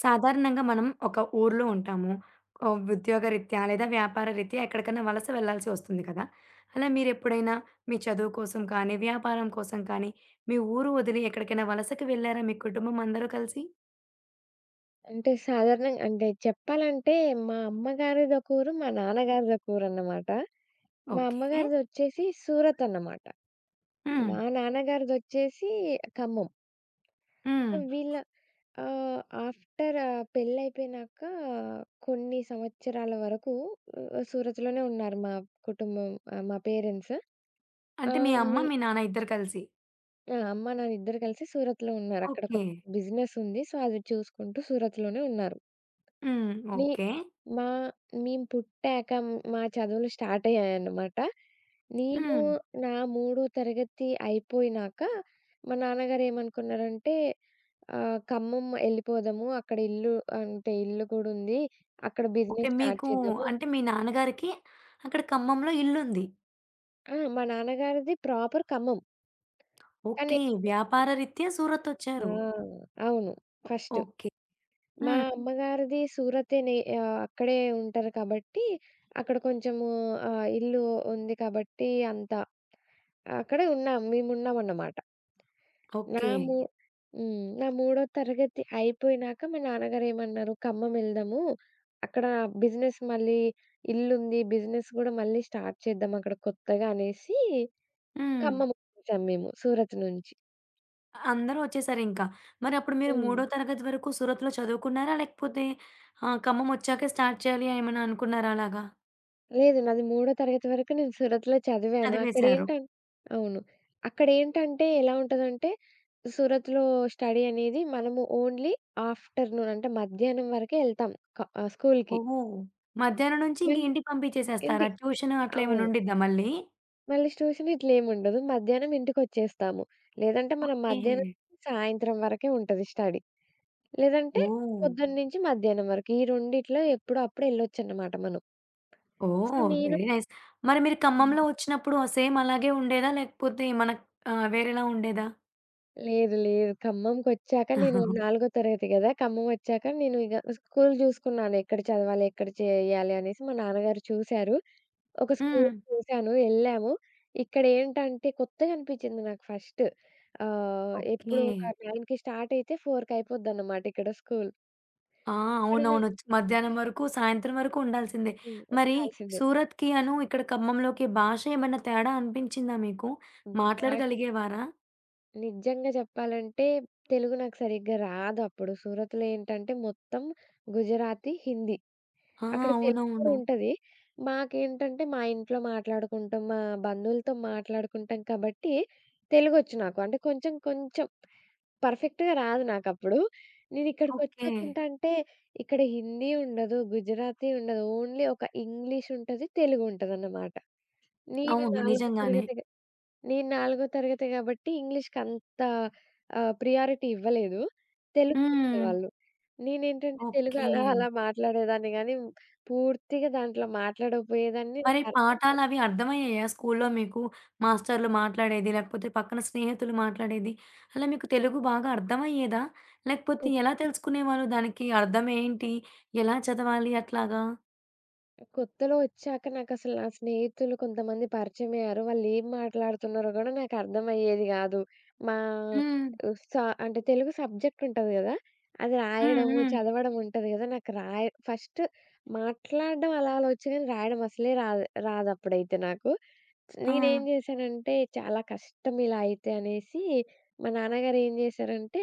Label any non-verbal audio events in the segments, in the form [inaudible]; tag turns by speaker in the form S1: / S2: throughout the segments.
S1: సాధారణంగా మనం ఒక ఊర్లో ఉంటాము. ఉద్యోగరీత్యా లేదా వ్యాపార రీత్యా ఎక్కడికన్నా వలస వెళ్ళాల్సి వస్తుంది కదా! అలా మీరెప్పుడైనా మీ చదువు కోసం కానీ, వ్యాపారం కోసం కానీ, మీ ఊరు వదిలి ఎక్కడికైనా వలసకి వెళ్లారా మీ కుటుంబం అందరూ కలిసి?
S2: అంటే సాధారణంగా అంటే చెప్పాలంటే మా అమ్మగారిదొక ఊరు, మా నాన్నగారిదొక ఊరన్నమాట. మా
S1: ఓకే.
S2: అమ్మగారిదొచ్చేసి సూరత్ అన్నమాట.
S1: హ్మ్.
S2: మా నాన్నగారిదొచ్చేసి ఖమ్మం.
S1: హ్మ్.
S2: వీళ్ళ ఆహ్, ఆఫ్టర్ పెళ్లయిపోయినాక కొన్ని సంవత్సరాల వరకు సూరత్‌లోనే ఉన్నారు మా కుటుంబం, మా పేరెంట్స్.
S1: అంటే మీ
S2: ఆహ్, మీ
S1: అమ్మ, మీ నాన్న ఇద్దరు కలిసి.
S2: ఆ! అమ్మ, నాన్న ఇద్దరు కలిసి సూరత్‌లో ఉన్నారు. అక్కడ ఒక
S1: ఓకే.
S2: బిజినెస్ ఉంది. సో, అది చూసుకుంటూ సూరత్‌లోనే ఉన్నారు.
S1: హ్మ్.
S2: కానీ
S1: ఓకే.
S2: మా మేము పుట్టాక, మా చదువులు స్టార్ట్ అయ్యాయన్నమాట. నేను
S1: హ్మ్.
S2: నా మూడో తరగతి అయిపోయినాక మా నాన్నగారు ఏమనుకున్నారంటే, "ఖమ్మం ఎళ్ళిపోదాము. అక్కడ ఇల్లు కూడా ఉంది. అక్కడ
S1: ఓకే.
S2: బిజినెస్ స్టార్ట్
S1: మీకు
S2: చేద్దాము."
S1: అంటే మీ నాన్నగారికి అక్కడ ఖమ్మంలో ఇల్లుంది.
S2: ఆ, మా నాన్నగారిది ప్రాపర్ ఖమ్మం. కానీ
S1: ఓకే. వ్యాపార రీత్యా
S2: ఆ,
S1: సూరతొచ్చారు.
S2: అవును. ఫస్ట్.
S1: ఓకే.
S2: మా
S1: హ్మ్.
S2: అమ్మగారిది సూరతేనే. అక్కడే ఉంటారు కాబట్టి, అక్కడ కొంచెము ఇల్లు ఉంది కాబట్టి అంత అక్కడే ఉన్నాం. మేమున్నామన్నమాట. నా
S1: ఓకే.
S2: మూ హ్మ్. నా మూడో తరగతి అయిపోయినాక మా నాన్నగారేమన్నారు, "ఖమ్మం ఎళ్దాము. అక్కడ బిజినెస్ మళ్ళీ ఇల్లుంది. బిజినెస్ గూడా మళ్ళీ స్టార్ట్ చేద్దాం అక్కడ కొత్తగా" అనేసి
S1: హ్మ్.
S2: ఖమ్మం వచ్చేసాం మేము సూరత్ నుంచి.
S1: అందరూ ఒచ్చేసారింకా. మరప్పుడు మీరు
S2: హ్మ్.
S1: మూడో తరగతి వరకు సూరత్‌లో చదువుకున్నారా? లేకపోతే ఖమ్మం ఒచ్చాకే స్టార్ట్ చేయాలి ఏమన్నా అనుకున్నారా అలాగా?
S2: లేదు, నాది మూడో తరగతి వరకు నేను సూరత్‌లో చదివాను.
S1: చదివేశారు.
S2: అవును. అక్కడేంటంటే ఎలా ఉంటదంటే, సూరత్‌లో స్టడీ అనేది మనము ఓన్లీ ఆఫ్టర్‌నూన్ అంటే మధ్యాహ్నం వరకే ఎళ్తాం స్కూల్‌కి.
S1: ఓహ్! మధ్యాహ్నం నుంచి ఇంక
S2: మళ్
S1: ఇంటికి
S2: ఇంటి
S1: పంపించేసేస్తారా? ట్యూషన్ అట్లా ఏమైనా
S2: అవును.
S1: ఉండిద్దా మళ్ళీ?
S2: మళ్ళీ ట్యూషన్ ఇట్లేముండదు. మధ్యాహ్నం ఇంటికొచ్చేస్తాము. లేదంటే మనం
S1: ఓకే.
S2: మధ్యాహ్నం సాయంత్రం వరకే ఉంటది స్టడీ. లేదంటే
S1: ఓహ్!
S2: పొద్దున్న నుంచి మధ్యాహ్నం వరకు. ఈ రెండిట్లో ఎప్పుడో అప్పుడు ఎళ్ళొచ్చన్నమాట మనం. So,
S1: oh! Very nice. మరి మీరు
S2: హ్మ్.
S1: ఖమ్మంలో ఒచ్చినప్పుడు సేమ్ అలాగే ఉండేదా? లేకపోతే మన వేరేలా ఉండేదా?
S2: లేదు, లేదు. ఖమ్మంకొచ్చాక నేను
S1: [laughs]
S2: నాలుగో తరగతి గదా! ఖమ్మమొచ్చాక నేను ఇగ స్కూల్ జూసుకున్నాను. ఎక్కడ చదవాలి? ఎక్కడ చేయాలి? అనేసి మా నాన్నగారు చూసారు. ఒక స్కూల్
S1: హ్మ్.
S2: చూసాను. ఎళ్ళాము. ఇక్కడేంటంటే కొత్తగా అనిపిచ్చింది నాకు ఫస్ట్.
S1: ఓకే.
S2: ఎప్పుడు ఒక 9కి స్టార్టయితే 4కి అయిపోద్దనమాట ఇక్కడ స్కూల్.
S1: ఆ!
S2: ఇక్కడ నాకు
S1: అవునవును. మధ్యాహ్నం వరకు, సాయంత్రం వరకు ఉండాల్సిందే.
S2: హ్మ్.
S1: మరి
S2: ఉండాల్సిందే.
S1: సూరత్‌కి ఇక్కడ ఖమ్మంలోకి భాష ఏమన్నా తేడా అనిపించిందా మీకు?
S2: హ్మ్. భాష
S1: మాట్లాడగలిగేవారా?
S2: నిజంగా చెప్పాలంటే తెలుగు నాకు సరిగ్గా రాదప్పుడు. సూరత్‌లో ఏంటంటే మొత్తం గుజరాతీ, హిందీ.
S1: ఆ!
S2: అక్కడ తెలుగు కూడా
S1: అవునవును.
S2: ఉంటది. మాకేంటంటే మా ఇంట్లో మాట్లాడుకుంటాం, మా బంధువులతో మాట్లాడుకుంటాం కాబట్టి తెలుగొచ్చు నాకు. అంటే కొంచెం కొంచెం పర్ఫెక్ట్‌గా రాదు నాకప్పుడు.
S1: ఓకే.
S2: నేనిక్కడికొచ్చాకేంటంటే ఇక్కడ హిందీ ఉండదు, గుజరాతీ ఉండదు. ఓన్లీ ఒక ఇంగ్లీష్ ఉంటది, తెలుగు ఉంటదన్నమాట. నేను
S1: అవును.
S2: 4
S1: నిజంగానే.
S2: తరగతి నేను 4 తరగతి గాబట్టి ఇంగ్లీష్‌కంత ప్రియారిటీ ఇవ్వలేదు.
S1: హ్మ్.
S2: తెలుగిచ్చేవాళ్ళు. నేనేంటంటే తెలుగు
S1: ఓకే.
S2: అలా అలా మాట్లాడేదాన్ని గానీ, పూర్తిగా దాంట్లో మాట్లాడకపోయేదాన్ని.
S1: మరి
S2: నాకర్థం కాదు.
S1: పాఠాలవి అర్థమయ్యాయా స్కూల్లో మీకు? మాస్టర్‌లు మాట్లాడేది, లేకపోతే పక్కన స్నేహితులు మాట్లాడేది, అలా మీకు తెలుగు బాగా అర్థమయ్యేదా? లేకపోతే ఎలా తెలుసుకునేవాళ్ళు దానికి అర్థమేంటి? ఎలా చదవాలి అట్లాగా?
S2: కొత్తలో ఒచ్చాక నాకసలు నా స్నేహితులు కొంతమంది పరిచయమయ్యారు. వాళ్ళేం మాట్లాడుతున్నారో గూడా నాకర్థమయ్యేది గాదు. మా
S1: హ్మ్.
S2: ఆహ్, స అంటే తెలుగు సబ్జెక్ట్ ఉంటది గదా! అది
S1: హ్మ్.
S2: రాయడము,
S1: హ్మ్.
S2: చదవడం ఉంటది గదా! నాకు రాయ ఫస్ట్ మాట్లాడడం అలా అలా ఒచ్చు గానీ రాయడం అసలే రాదు రాదప్పుడైతే నాకు.
S1: ఆ!
S2: నేనేం జేశానంటే చాలా కష్టం ఇలా అయితే అనేసి మా నాన్నగారు ఏం జేశారంటే,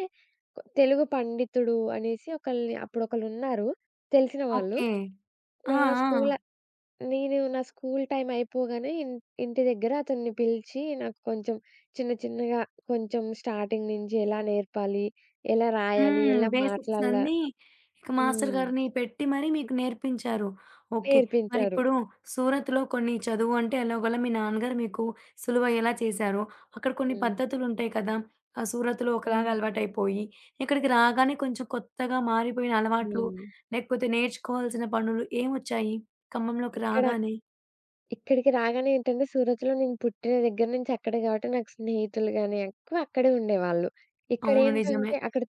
S2: తెలుగు పండితుడు అనేసి ఒకళ్ళని అప్పుడొకళ్ళున్నారు తెలిసిన వాళ్ళు.
S1: ఓకే.
S2: నా
S1: ఆ! ఆ!
S2: స్కూల నేను నా స్కూలు టైమ్ అయిపోగానే ఇంటి దగ్గర అతన్ని పిలిచి నాకు కొంచెం చిన్న చిన్నగా కొంచెం స్టార్టింగ్ నుంచి ఎలా నేర్పాలి? ఎలా రాయాలి?
S1: హ్మ్.
S2: ఎలా
S1: బేసిక్స్
S2: మాట్లాడాల
S1: అన్నీ ఇక మాస్టర్
S2: హ్మ్.
S1: గారిని పెట్టి మరీ మీకు నేర్పించారు. ఓకే.
S2: నేర్పించారు.
S1: మరిప్పుడు సూరత్‌లో కొన్ని చదువు అంటే ఎలాగోలా మీ నాన్నగారు మీకు సులువయ్యేలా చేశారు. అక్కడ కొన్ని
S2: హ్మ్.
S1: పద్ధతులుంటాయి కదా! ఆ సూరత్‌లో ఒకలాగా
S2: హ్మ్.
S1: అలవాటైపోయి, ఇక్కడికి రాగానే కొంచెం కొత్తగా మారిపోయిన అలవాట్లు,
S2: హ్మ్.
S1: లేకపోతే నేర్చుకోవాల్సిన పనులు ఏమొచ్చాయి ఖమ్మంలోకి
S2: ఇక్కడ
S1: రాగానే?
S2: ఇక్కడికి రాగానే ఏంటంటే సూరత్‌లో నేను పుట్టిన దగ్గర నుంచి అక్కడే కాబట్టి నాకు స్నేహితులు గాని ఎక్కువ అక్కడే ఉండేవాళ్ళు.
S1: అవును. నిజమే.
S2: ఇక్కడేంటంటే అక్కడ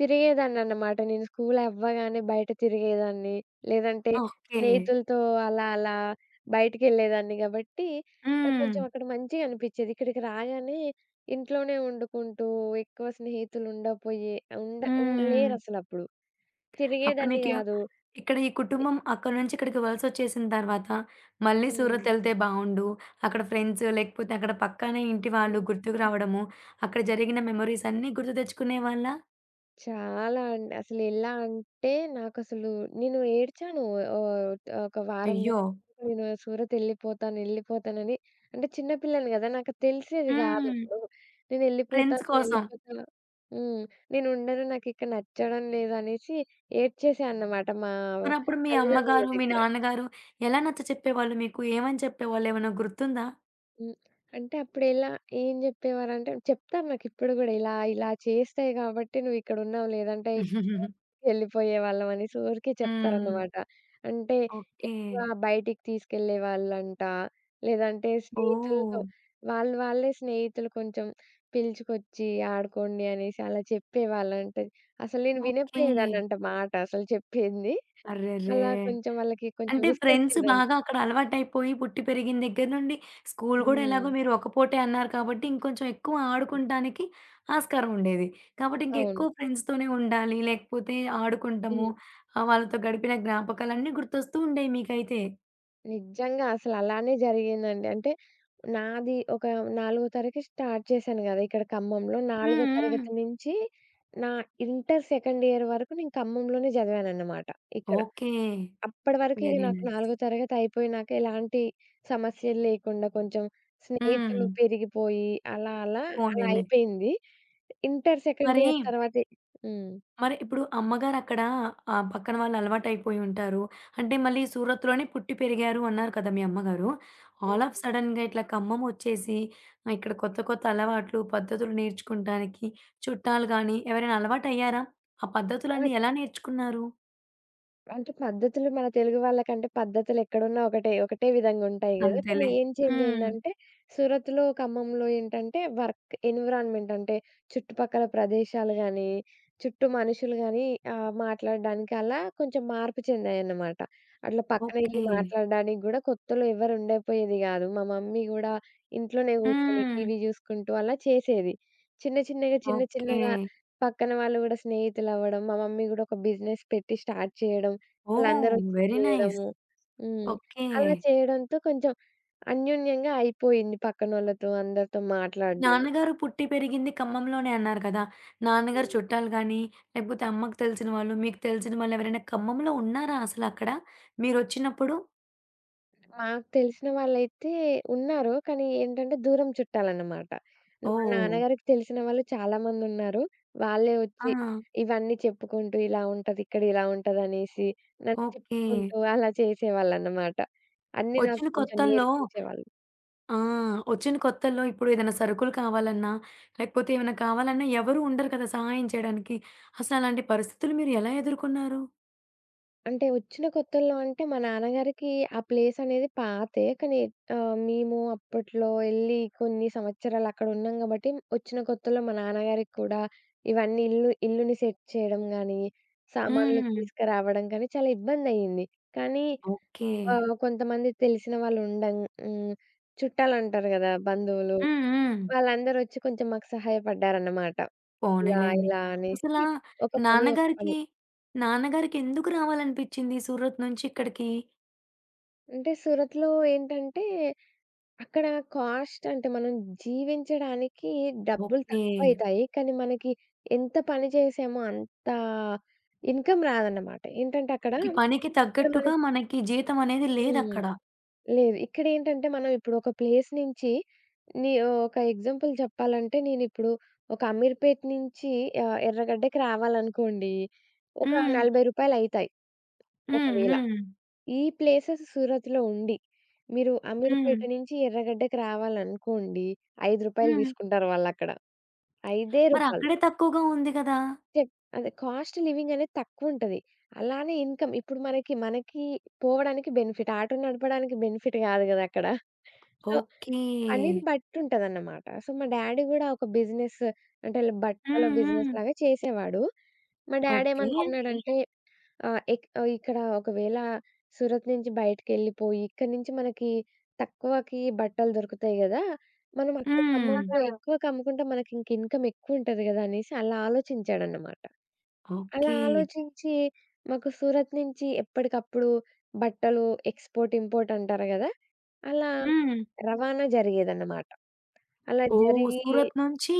S2: తిరిగేదాన్నన్నమాట. నేను స్కూల్ అవ్వగానే బయట తిరిగేదాన్ని. లేదంటే
S1: ఓకే.
S2: స్నేహితులతో అలా అలా బయటికెళ్ళేదాన్ని గాబట్టి నాకు
S1: హ్మ్.
S2: కొంచెం అక్కడ మంచిగా అనిపిచ్చేది. ఇక్కడికి రాగానే ఇంట్లోనే వండుకుంటూ ఎక్కువ స్నేహితులు ఉండపోయే ఉండ ఉన్
S1: హ్మ్.
S2: లేరసలప్పుడు.
S1: అప్పుడు
S2: తిరిగేదాన్ని
S1: మీకే
S2: గాదు.
S1: ఇక్కడ ఈ కుటుంబం అక్కడి నుంచి ఇక్కడికి వలసొచ్చేసిన తర్వాత, మళ్ళీ
S2: హ్మ్.
S1: సూరత్ ఎళ్తే బావుండు. అక్కడ ఫ్రెండ్స్ లేకపోతే అక్కడ పక్కనే ఇంటి వాళ్ళు గుర్తుకు
S2: హ్మ్.
S1: రావడము, అక్కడ జరిగిన మెమోరీస్ అన్నీ గుర్తు తెచ్చుకునేవాళ్ళా?
S2: చాలా అండి. అసలెలా అంటే నాకసలు నేను ఏడ్చాను. ఆహ్, ఒక వారం
S1: అయ్యో!
S2: రోజులు నేను సూరత్ ఎళ్ళిపోతాను, ఎళ్ళిపోతానని అంటే చిన్న పిల్లని గదా! నాకు తెలిసేది
S1: హ్మ్.
S2: గాదప్పుడు.
S1: ఫ్రెండ్స్ కోసం.
S2: నేనెళ్ళిపోతాను, హ్మ్, నేనుండను, నాకిక్కడ నచ్చడం లేదు అనేసి ఏడ్చేసా అన్నమాట మా
S1: మరప్పుడు మీ
S2: తల్లిదండ్రుల
S1: అమ్మగారు, మీ
S2: దగ్గర.
S1: నాన్నగారు ఎలా నచ్చచెప్పేవాళ్ళు మీకు? ఏమని చెప్పేవాళ్ళు? ఏమన్నా గుర్తుందా?
S2: హ్మ్. అంటే అప్పుడెలా ఏం జెప్పేవారంటే చెప్తారు నాకిప్పుడు గూడా, ఇలా, ఇలా చేస్తే గాబట్టి నువ్విక్కడున్నావు లేదంటే
S1: [laughs]
S2: ఎళ్ళిపోయేవాళ్ళం అనేసి ఊరికే
S1: హ్మ్.
S2: చెప్తారన్నమాట. అంటే
S1: ఓకే.
S2: బయటికి తీసుకెళ్ళేవాళ్ళంట. లేదంటే
S1: ఓహ్!
S2: స్నేహితులతో, వాళ్ళే స్నేహితులు కొంచెం పిలుచుకొచ్చి ఆడుకోండి అనేసి అలా చెప్పేవాళ్ళంట. అసలు నేను
S1: ఓకే.
S2: వినపోయేదాన్నంట మాట అసలు చెప్పింది.
S1: అర్రెరే!
S2: అలా కొంచెం వాళ్ళకి కొంచెం
S1: అంటే ఫ్రెండ్స్
S2: విసుగొచ్చేదంట.
S1: బాగా అక్కడ అలవాటైపోయి పుట్టి పెరిగిన దగ్గర నుండి స్కూల్ గూడా ఎలాగో
S2: హ్మ్.
S1: మీరు ఒక పూటే అన్నారు కాబట్టి, ఇంకొంచెం ఎక్కువ ఆడుకుంటానికి ఆస్కారం ఉండేది. కాబట్టి
S2: అవును.
S1: ఇంకెక్కువ ఫ్రెండ్స్‌తోనే ఉండాలి. లేకపోతే ఆడుకుంటాము.
S2: హ్మ్.
S1: వాళ్ళతో గడిపిన జ్ఞాపకాలన్నీ గుర్తొస్తూ ఉండేవి మీకైతే.
S2: నిజంగా అసలలానే జరిగిందండి. అంటే నాది ఒక నాలుగో తరగతి స్టార్ట్ చేశాను గదా! ఇక్కడ ఖమ్మంలో.
S1: హ్మ్.
S2: నాలుగో
S1: హ్మ్.
S2: తరగతి నుంచి నా ఇంటర్ సెకండ్ ఇయర్ వరకు నేను ఖమ్మంలోనే చదివానన్నమాట ఇక్కడ.
S1: ఓకే.
S2: అప్పటి వరకు ఇగ
S1: వెరీ
S2: నాకు
S1: నైస్.
S2: నాలుగో తరగతి అయిపోయినాక ఎలాంటి సమస్యలు లేకుండా కొంచెం
S1: హ్మ్.
S2: స్నేహితులు పెరిగిపోయి అలా అలా అలా
S1: పోనీలే.
S2: అయిపోయింది. ఇంటర్ సెకండ్
S1: మరి
S2: ఇయర్ తర్వాత హ్మ్.
S1: మరి ఇప్పుడు అమ్మగారక్కడ పక్కన వాళ్ళు అలవాటైపోయి ఉంటారు. అంటే మళ్ళీ సూరత్‌లోనే పుట్టి పెరిగారు అన్నారు కదా! మీ అమ్మగారు. ఆల్ ఆఫ్
S2: హ్మ్.
S1: సడెన్‌గా ఇట్లా ఖమ్మం వచ్చేసి ఇక్కడ కొత్త కొత్త అలవాట్లు, పద్ధతులు నేర్చుకుంటానికి చుట్టాలు గానీ ఎవరైనా అలవాటయ్యారా? ఆ
S2: ఆ!
S1: పద్ధతులన్నీ ఎలా నేర్చుకున్నారు?
S2: అంటే పద్ధతులు మన తెలుగు వాళ్ళకంటే పద్ధతులెక్కడున్నా ఒకటే. ఒకటే విధంగుంటాయి గదా! కానీ
S1: అంతేలే.
S2: ఏం చేంజ్
S1: హ్మ్.
S2: అయిందంటే, సూరత్‌లో, ఖమ్మంలో ఏంటంటే వర్క్ ఎన్విరాన్మెంట్ అంటే, చుట్టుపక్కల ప్రదేశాలు గానీ, చుట్టూ మనుషులు గానీ, మాట్లాడడానికి అలా కొంచెం మార్పు చెందాయన్నమాట. అట్లా పక్కన ఎళ్లి
S1: ఓకే.
S2: మాట్లాడడానికి గూడా కొత్తలో ఎవ్వరు ఉండకపోయేది గాదు. మా మమ్మీ గూడా ఇంట్లోనే గూర్చొని
S1: హ్మ్.
S2: టీవీ జూసుకుంటూ అలా చేసేది. చిన్న చిన్నగా, చిన్న
S1: ఓకే.
S2: చిన్నగా పక్కన వాళ్ళు గూడా స్నేహితులవ్వడం, మా మమ్మీ గూడా ఒక బిజినెస్ పెట్టి స్టార్ట్ చేయడం,
S1: ఓహ్!
S2: వాళ్ళందరొచ్చి
S1: వెరీ నైస్.
S2: చేయడము. హ్మ్.
S1: ఓకే.
S2: అలా చేయడంతో కొంచెం అన్యోన్యంగా అయిపోయింది పక్కనోళ్ళతో అందరితో మాట్లాడడం.
S1: నాన్నగారు పుట్టి పెరిగింది ఖమ్మంలోనే అన్నారు కదా! నాన్నగారు
S2: హ్మ్.
S1: చుట్టాలు గానీ, లేకపోతే అమ్మకు తెలిసిన వాళ్ళు, మీకు తెలిసిన వాళ్ళు ఎవరైనా ఖమ్మంలో ఉన్నారా అసలక్కడ మీరొచ్చినప్పుడు?
S2: మాకు తెలిసిన వాళ్ళైతే ఉన్నారు. కానీ ఏంటంటే దూరం చుట్టాలన్నమాట. మా
S1: ఓహ్!
S2: నాన్నగారికి తెలిసిన వాళ్ళు చాలా మందున్నారు. వాళ్ళే
S1: ఆ!
S2: ఒచ్చి ఇవన్నీ చెప్పుకుంటూ ఇలా ఉంటది, ఇక్కడ ఇలా ఉంటదనేసి నాకు
S1: ఓకే.
S2: చెప్పుకుంటూ అలా చేసేవాళ్ళన్నమాట. అన్నీ నాకు
S1: వచ్చిన
S2: కొంచెం
S1: కొత్తల్లో
S2: నేర్పించేవాళ్ళు.
S1: ఆ! వచ్చిన కొత్తల్లో ఇప్పుడు ఏదైనా సరుకులు కావాలన్నా, లేకపోతే ఏమైనా కావాలన్నా ఎవరు ఉండరు కదా సహాయం చేయడానికి. అసలలాంటి పరిస్థితులు మీరు ఎలా ఎదుర్కొన్నారు?
S2: అంటే వచ్చిన కొత్తల్లో అంటే మా నాన్నగారికి ఆ ప్లేస్ అనేది పాతే. కానీ మేము అప్పట్లో ఎళ్లి కొన్ని సంవత్సరాలు అక్కడ ఉన్నాం గాబట్టి, వచ్చిన కొత్తలో మా నాన్నగారికి కూడా ఇవన్నీ ఇల్లుని సెట్ చేయడం గానీ, హ్మ్, సామాన్లు
S1: హ్మ్.
S2: తీసుకురావడం కానీ చాలా ఇబ్బందయింది. కానీ
S1: ఓకే.
S2: కొంతమంది తెలిసిన వాళ్ళు ఉండం, హ్మ్, చుట్టాలంటారు గదా! బంధువులు.
S1: హ్మ్. హ్మ్.
S2: వాళ్ళందరూ వచ్చి కొంచెం మాకు సహాయపడ్డారన్నమాట. ఇలా
S1: పోనీలెండి.
S2: ఇలా
S1: అసలా
S2: అనేసి ఒక పని, ఒక పని.
S1: నాన్నగారికి, నాన్నగారికి ఎందుకు రావాలనిపిచ్చింది సూరత్ నుంచి ఇక్కడికి?
S2: అంటే సూరత్‌లో ఏంటంటే అక్కడ కాస్ట్ అంటే మనం జీవించడానికి డబ్బులు
S1: ఓకే.
S2: తక్కువైతాయి. కానీ మనకి ఎంత పని చేసామో అంత ఇన్‌కమ్ రాదన్నమాట. ఏంటంటే అక్కడ,
S1: ఈ పనికి
S2: ఇక్కడ
S1: తగ్గట్టుగా
S2: మనకి
S1: మనకి జీతం అనేది
S2: హ్మ్.
S1: లేదక్కడ.
S2: లేదు. ఇక్కడేంటంటే మనం ఇప్పుడు ఒక ప్లేస్ నుంచి నీ ఒక ఎగ్జాంపుల్ చెప్పాలంటే నేనిప్పుడు ఒక అమీర్‌పేట్ నుంచి ఎర్రగడ్డకి రావాలనుకోండి. ఒక రూ.
S1: హ్మ్.
S2: 40 అయితాయి
S1: హ్మ్.
S2: ఒకవేళ.
S1: హ్మ్.
S2: ఈ ప్లేసెస్ సూరత్‌లో ఉండి, మీరు
S1: హ్మ్.
S2: అమీర్‌పేట నుంచి ఎర్రగడ్డకి రావాలనుకోండి, రూ. 5
S1: హ్మ్.
S2: తీసుకుంటారు వాళ్ళక్కడ. ఐదే
S1: మరి
S2: రూపాయలు.
S1: అక్కడే తక్కువగా ఉంది గదా!
S2: చెప్ అదే కాస్ట్ లివింగ్ అనేది తక్కువుంటది. అలానే ఇన్‌కమ్ ఇప్పుడు మనకి, మనకి పోవడానికి బెనిఫిట్. ఆటో నడపడానికి బెనిఫిట్ కాదు కదా అక్కడ. So,
S1: okay.
S2: పనిని బట్టుంటదన్నమాట. సో, మా డ్యాడీ గూడా ఒక బిజినెస్ అంటే బట్టల
S1: హ్మ్.
S2: బిజినెస్
S1: హ్మ్.
S2: లాగా చేసేవాడు. మా ఓకే.
S1: ఓకే.
S2: డ్యాడేమనుకున్నాడంటే, ఇక్కడ ఒకవేళ సూరత్ నుంచి బయటికెళ్ళిపోయి, ఇక్కడి నుంచి మనకి తక్కువకి బట్టలు దొరుకుతాయి గదా! మనం అక్కడ
S1: హ్మ్.
S2: ఖమ్మంలో ఆహా! ఎక్కువకి అమ్ముకుంటే మనకి ఇంక ఇన్‌కమ్ ఎక్కువుంటది గదా! అనేసి అలా ఆలోచించాడన్నమాట. అలా
S1: ఓకే.
S2: ఆలోచించి మాకు సూరత్ నుంచి ఎప్పటికప్పుడు బట్టలు ఎక్స్‌పోర్ట్, ఇంపోర్ట్ అంటారు గదా! అలా
S1: హ్మ్.
S2: రవాణా జరిగేదన్నమాట. అలా
S1: ఓహ్!
S2: జరిగి
S1: సూరత్ నుంచి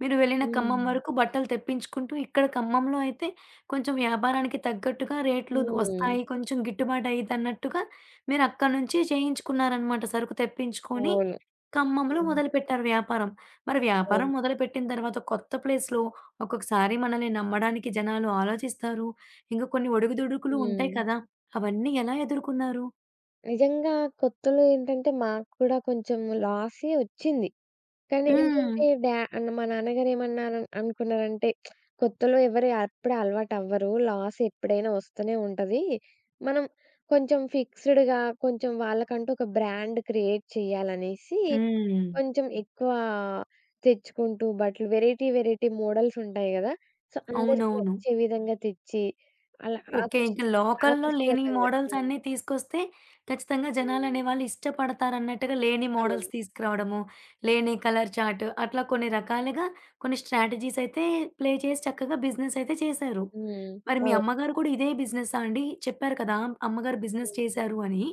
S1: మీరు వెళ్ళిన
S2: ఓహ్!
S1: ఖమ్మం
S2: హ్మ్.
S1: వరకు బట్టలు తెప్పించుకుంటూ ఇక్కడ ఖమ్మంలో అయితే కొంచెం వ్యాపారానికి తగ్గట్టుగా రేట్లు
S2: హ్మ్.
S1: వస్తాయి. కొంచెం గిట్టుబాటు అయిద్దన్నట్టుగా మీరు అక్కడి నుంచి చేయించుకున్నారనమాట. సరుకు తెప్పించుకొని
S2: అవును.
S1: ఖమ్మంలో
S2: హ్మ్.
S1: మొదలుపెట్టారు వ్యాపారం. మరి వ్యాపారం
S2: అవును.
S1: మొదలుపెట్టిన తర్వాత కొత్త ప్లేస్‌లో ఒక్కొక్కసారి మనల్ని నమ్మడానికి జనాలు ఆలోచిస్తారు. ఇంకా కొన్ని ఒడుగుదొడుకులు ఉంటాయి
S2: హ్మ్.
S1: కదా! అవన్నీ ఎలా ఎదుర్కొన్నారు?
S2: నిజంగా కొత్తలో ఏంటంటే మాకు కూడా కొంచెం లాసే వచ్చింది. కానీ
S1: హ్మ్.
S2: ఏంటంటే మా నాన్నగారు ఏమన్నారు అనుకున్నారంటే, "కొత్తలో ఎవరు అప్పుడే అలవాటవ్వరు. లాస్ ఎప్పుడైనా వస్తూనే ఉంటది. మనం కొంచెం ఫిక్స్‌డ్‌గా కొంచెం వాళ్ళకంటూ ఒక బ్రాండ్ క్రియేట్ చేయాలనేసి
S1: హ్మ్.
S2: కొంచెం ఎక్కువ తెచ్చుకుంటూ బట్టలు వెరైటీ వెరైటీ మోడల్స్ ఉంటాయి గదా! సో, అందరికి
S1: అవునవును.
S2: నచ్చే విధంగా తెచ్చి అలా
S1: ఓకే. ఇంక
S2: ఆకర్షి
S1: లోకల్‌లో లేని
S2: ఆకర్షణీయంగా."
S1: మోడల్స్
S2: హ్మ్.
S1: అన్నీ తీసుకొస్తే ఖచ్చితంగా
S2: హ్మ్.
S1: జనాలనేవాళ్ళు ఇష్టపడతారన్నట్టుగా లేని మోడల్స్
S2: అవును.
S1: తీసుకురావడము, లేని కలర్ చార్ట్ అట్లా కొన్ని రకాలుగా కొన్ని స్ట్రాటజీస్ అయితే ప్లే చేసి చక్కగా బిజినెస్ అయితే చేశారు.
S2: హ్మ్.
S1: మరి మీ
S2: అవును.
S1: అమ్మగారు కూడా ఇదే బిజినెసా అండి? చెప్పారు కదా! అమ్మగారు బిజినెస్
S2: హ్మ్.
S1: చేశారు అని.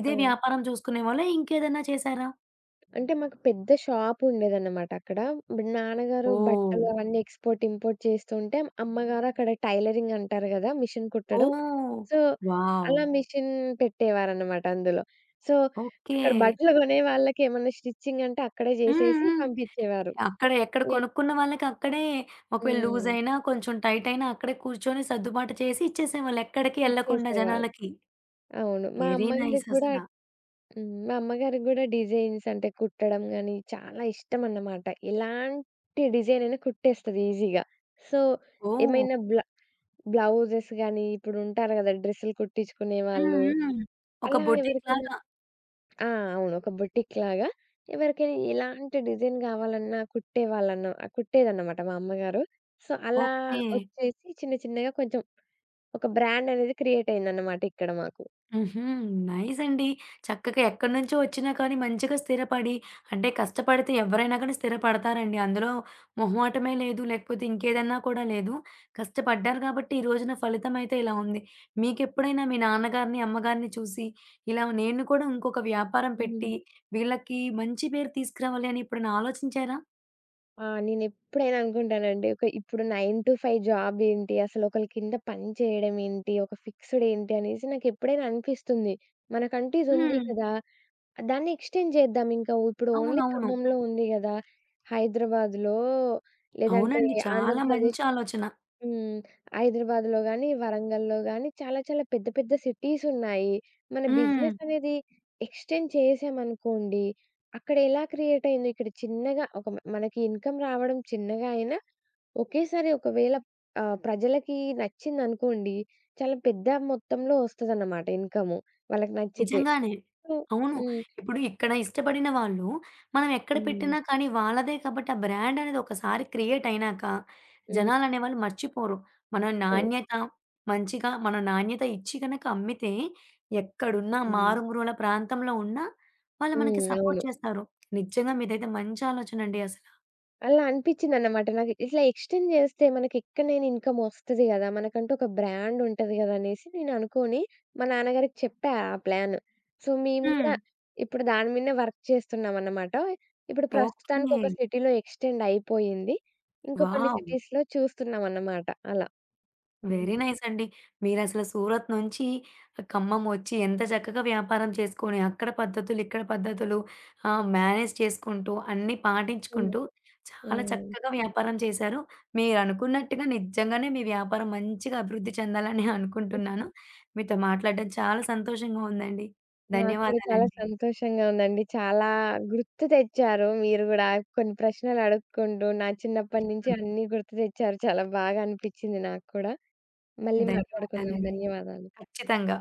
S1: ఇదే
S2: అవును.
S1: వ్యాపారం చూసుకునేవాళ్ళా? ఇంకేదైనా చేశారా?
S2: అంటే మాకు పెద్ద షాపుండేదనమాట అక్కడ. ఇప్పుడు నాన్నగారు
S1: ఓహ్!
S2: బట్టలు అవన్నీ ఎక్స్‌పోర్ట్, ఇంపోర్ట్ చేస్తుంటే అమ్మగారు అక్కడ టైలరింగ్ అంటారు గదా! మిషన్ కుట్టడం.
S1: ఓహ్!
S2: So,
S1: wow!
S2: అలా మిషన్ పెట్టేవారనమాట అందులో. So,
S1: okay.
S2: అక్కడ బట్టలు కొనే వాళ్ళకి ఏమన్నా స్టిచ్చింగ్ అంటే అక్కడే
S1: హ్మ్.
S2: చేసేసి
S1: హ్మ్.
S2: పంపించేవారు.
S1: అక్కడే ఎక్కడ
S2: ఇ
S1: కొనుక్కున్న వాళ్ళకి అక్కడే ఒకవేళ లూజ్
S2: హ్మ్.
S1: అయినా, కొంచెం టైట్ అయినా అక్కడే కూర్చొని సర్దుబాటు చేసి ఇచ్చేసేవాళ్ళు. ఎక్కడికి ఎళ్ళకుండా
S2: ఇచ్చేసేవాళ్ళు.
S1: జనాలకి.
S2: అవును. మా
S1: వెరీ నైస్
S2: అమ్మగారికి గూడా
S1: అసల.
S2: హ్మ్. మా అమ్మగారికి గూడా డిజైన్స్ అంటే కుట్టడం గాని చాలా ఇష్టమన్నమాట. ఎలాంటి డిజైన్ అయినా కుట్టేస్తది ఈజీగా. So,
S1: oh!
S2: ఏమైనా బ్లౌజెస్ గాని ఇప్పుడుంటారు గదా! డ్రెస్సులు
S1: హ్మ్.
S2: కుట్టించుకునేవాళ్ళు.
S1: హ్మ్. ఒక
S2: అలా
S1: బొటిక్
S2: ఎవరికైనా
S1: లాగా.
S2: ఆ! అవును. ఒక బొటిక్‌లాగా ఎవరికైనా ఎలాంటి డిజైన్ గావాలన్నా కుట్టేదన్నమాట మా అమ్మగారు. సో, అలా
S1: ఓకే.
S2: వచ్చేసి చిన్న చిన్నగా కొంచెం ఒక బ్రాండ్ అనేది క్రియేట్ అయిందన్నమాట ఇక్కడ మాకు.
S1: హుహు. నైస్ అండి. చక్కగా ఎక్కడి నుంచో వచ్చినా కానీ మంచిగా స్థిరపడి అంటే కష్టపడితే ఎవరైనా కానీ స్థిరపడతారండి. అందులో మొహమాటమే లేదు. లేకపోతే ఇంకేదన్నా కూడా లేదు. కష్టపడ్డారు కాబట్టి ఈ రోజున ఫలితం అయితే ఇలా ఉంది. మీకెప్పుడైనా మీ నాన్నగారిని, అమ్మగారిని చూసి ఇలా నేను కూడా ఇంకొక వ్యాపారం
S2: హ్మ్.
S1: పెట్టి వీళ్ళకి మంచి పేరు తీసుకురావాలి అని ఎప్పుడైనా ఆలోచించారా?
S2: ఆ! నేనెప్పుడైనా అనుకుంటానండి. ఒక ఇప్పుడు 9-5 జాబ్ ఏంటి? అసలు ఒకళ్ళ కింద పని చేయడం ఏంటి? ఒక ఫిక్స్‌డ్ ఏంటి? అనేసి నాకెప్పుడైనా అనిపిస్తుంది. మనకంటూ ఇదుంది
S1: హ్మ్.
S2: కదా! దాన్ని ఎక్స్‌టెండ్ చేద్దాం ఇంకా. ఇప్పుడు ఓన్లీ
S1: అవునవును.
S2: ఖమ్మంలో ఉంది గదా! హైదరాబాద్‌లో లేదంటే
S1: అవునండి. చాలా మంచి
S2: ఆంధ్రప్రదేశ్,
S1: ఆలోచన.
S2: హ్మ్, హైదరాబాద్‌లో గాని, వరంగల్‌లో గాని చాలా చాలా పెద్ద పెద్ద సిటీస్ ఉన్నాయి. మన
S1: హ్మ్.
S2: బిజినెస్ అనేది ఎక్స్‌టెండ్ చేశామనుకోండి, అక్కడ ఎలా క్రియేట్ అయిందో ఇక్కడ చిన్నగా ఒక మనకి ఇన్‌కమ్ రావడం చిన్నగా అయినా ఒకేసారి ఒకవేళ ప్రజలకి నచ్చిందనుకోండి, చాలా పెద్ద మొత్తంలో వస్తదన్నమాట ఇన్‌కము వాళ్ళకి నచ్చితే.
S1: నిజంగానే.
S2: సో,
S1: అవును.
S2: హ్మ్.
S1: ఇప్పుడు ఇక్కడ ఇష్టపడిన వాళ్ళు మనం ఎక్కడ
S2: హ్మ్.
S1: పెట్టినా కానీ వాళ్ళదే కాబట్టి ఆ బ్రాండ్ అనేది ఒకసారి క్రియేట్ అయినాక
S2: హ్మ్.
S1: జనాలనేవాళ్ళు మర్చిపోరు. మన
S2: ఓహ్!
S1: నాణ్యత మంచిగా మన నాణ్యత ఇచ్చి గనక అమ్మితే ఎక్కడున్నా
S2: హ్మ్.
S1: మారుమూల ప్రాంతంలో ఉన్నా వాళ్ళు మనకి
S2: హ్మ్.
S1: సపోర్ట్
S2: అవును.
S1: చేస్తారు. నిజంగా మీదైతే మంచి ఆలోచనండి అసల.
S2: అలా అనిపిచ్చిందనమాట. నాకు ఇట్లా ఎక్స్‌టెండ్ జేస్తే మనకెక్కడలేని ఇన్‌కమ్ ఒస్తది గదా! మనకంటూ ఒక బ్రాండ్ ఉంటది గదా! అనేసి నేననుకోని మా నాన్నగారికి చెప్పా ఆ ప్లాన్. సో, మేము
S1: హ్మ్.
S2: గూడా ఇప్పుడు దాని మీదనే వర్క్ చేస్తున్నామనమాట. ఇప్పుడు ప్రస్తుతానికి
S1: ఓకే.
S2: ఒక సిటీలో ఎక్స్‌టెండ్ అయిపోయింది. ఇంకా కొన్ని
S1: వావ్!
S2: సిటీస్‌లో చూస్తున్నామన్నమాట అలా. హ్మ్.
S1: వెరీ నైస్ అండి. మీరసలు సూరత్ నుంచి ఖమ్మం వచ్చి ఎంత చక్కగా వ్యాపారం చేసుకొని, అక్కడ పద్ధతులు, ఇక్కడ పద్ధతులు మేనేజ్ చేసుకుంటూ, అన్నీ
S2: హ్మ్.
S1: పాటించుకుంటూ చాలా చక్కగా వ్యాపారం చేశారు. మీరనుకున్నట్టుగా నిజంగానే మీ వ్యాపారం మంచిగా అభివృద్ధి చెందాలని
S2: హ్మ్.
S1: అనుకుంటున్నాను. మీతో మాట్లాడడం చాలా సంతోషంగా ఉందండి.
S2: నాకు కూడా చాలా
S1: ధన్యవాదాలండి.
S2: సంతోషంగా ఉందండి. చాలా గుర్తు తెచ్చారు మీరు గూడా. కొన్ని ప్రశ్నలు అడుక్కుంటూ నా చిన్నప్పటి నుంచి
S1: హ్మ్.
S2: అన్నీ గుర్తు తెచ్చారు. చాలా బాగా అనిపిచ్చింది నాకు కూడా. మళ్ళీ మాట్లాడుకుందాం.
S1: ధన్యవాదాలండి.
S2: ధన్యవాదాలు.
S1: ఖచ్చితంగా.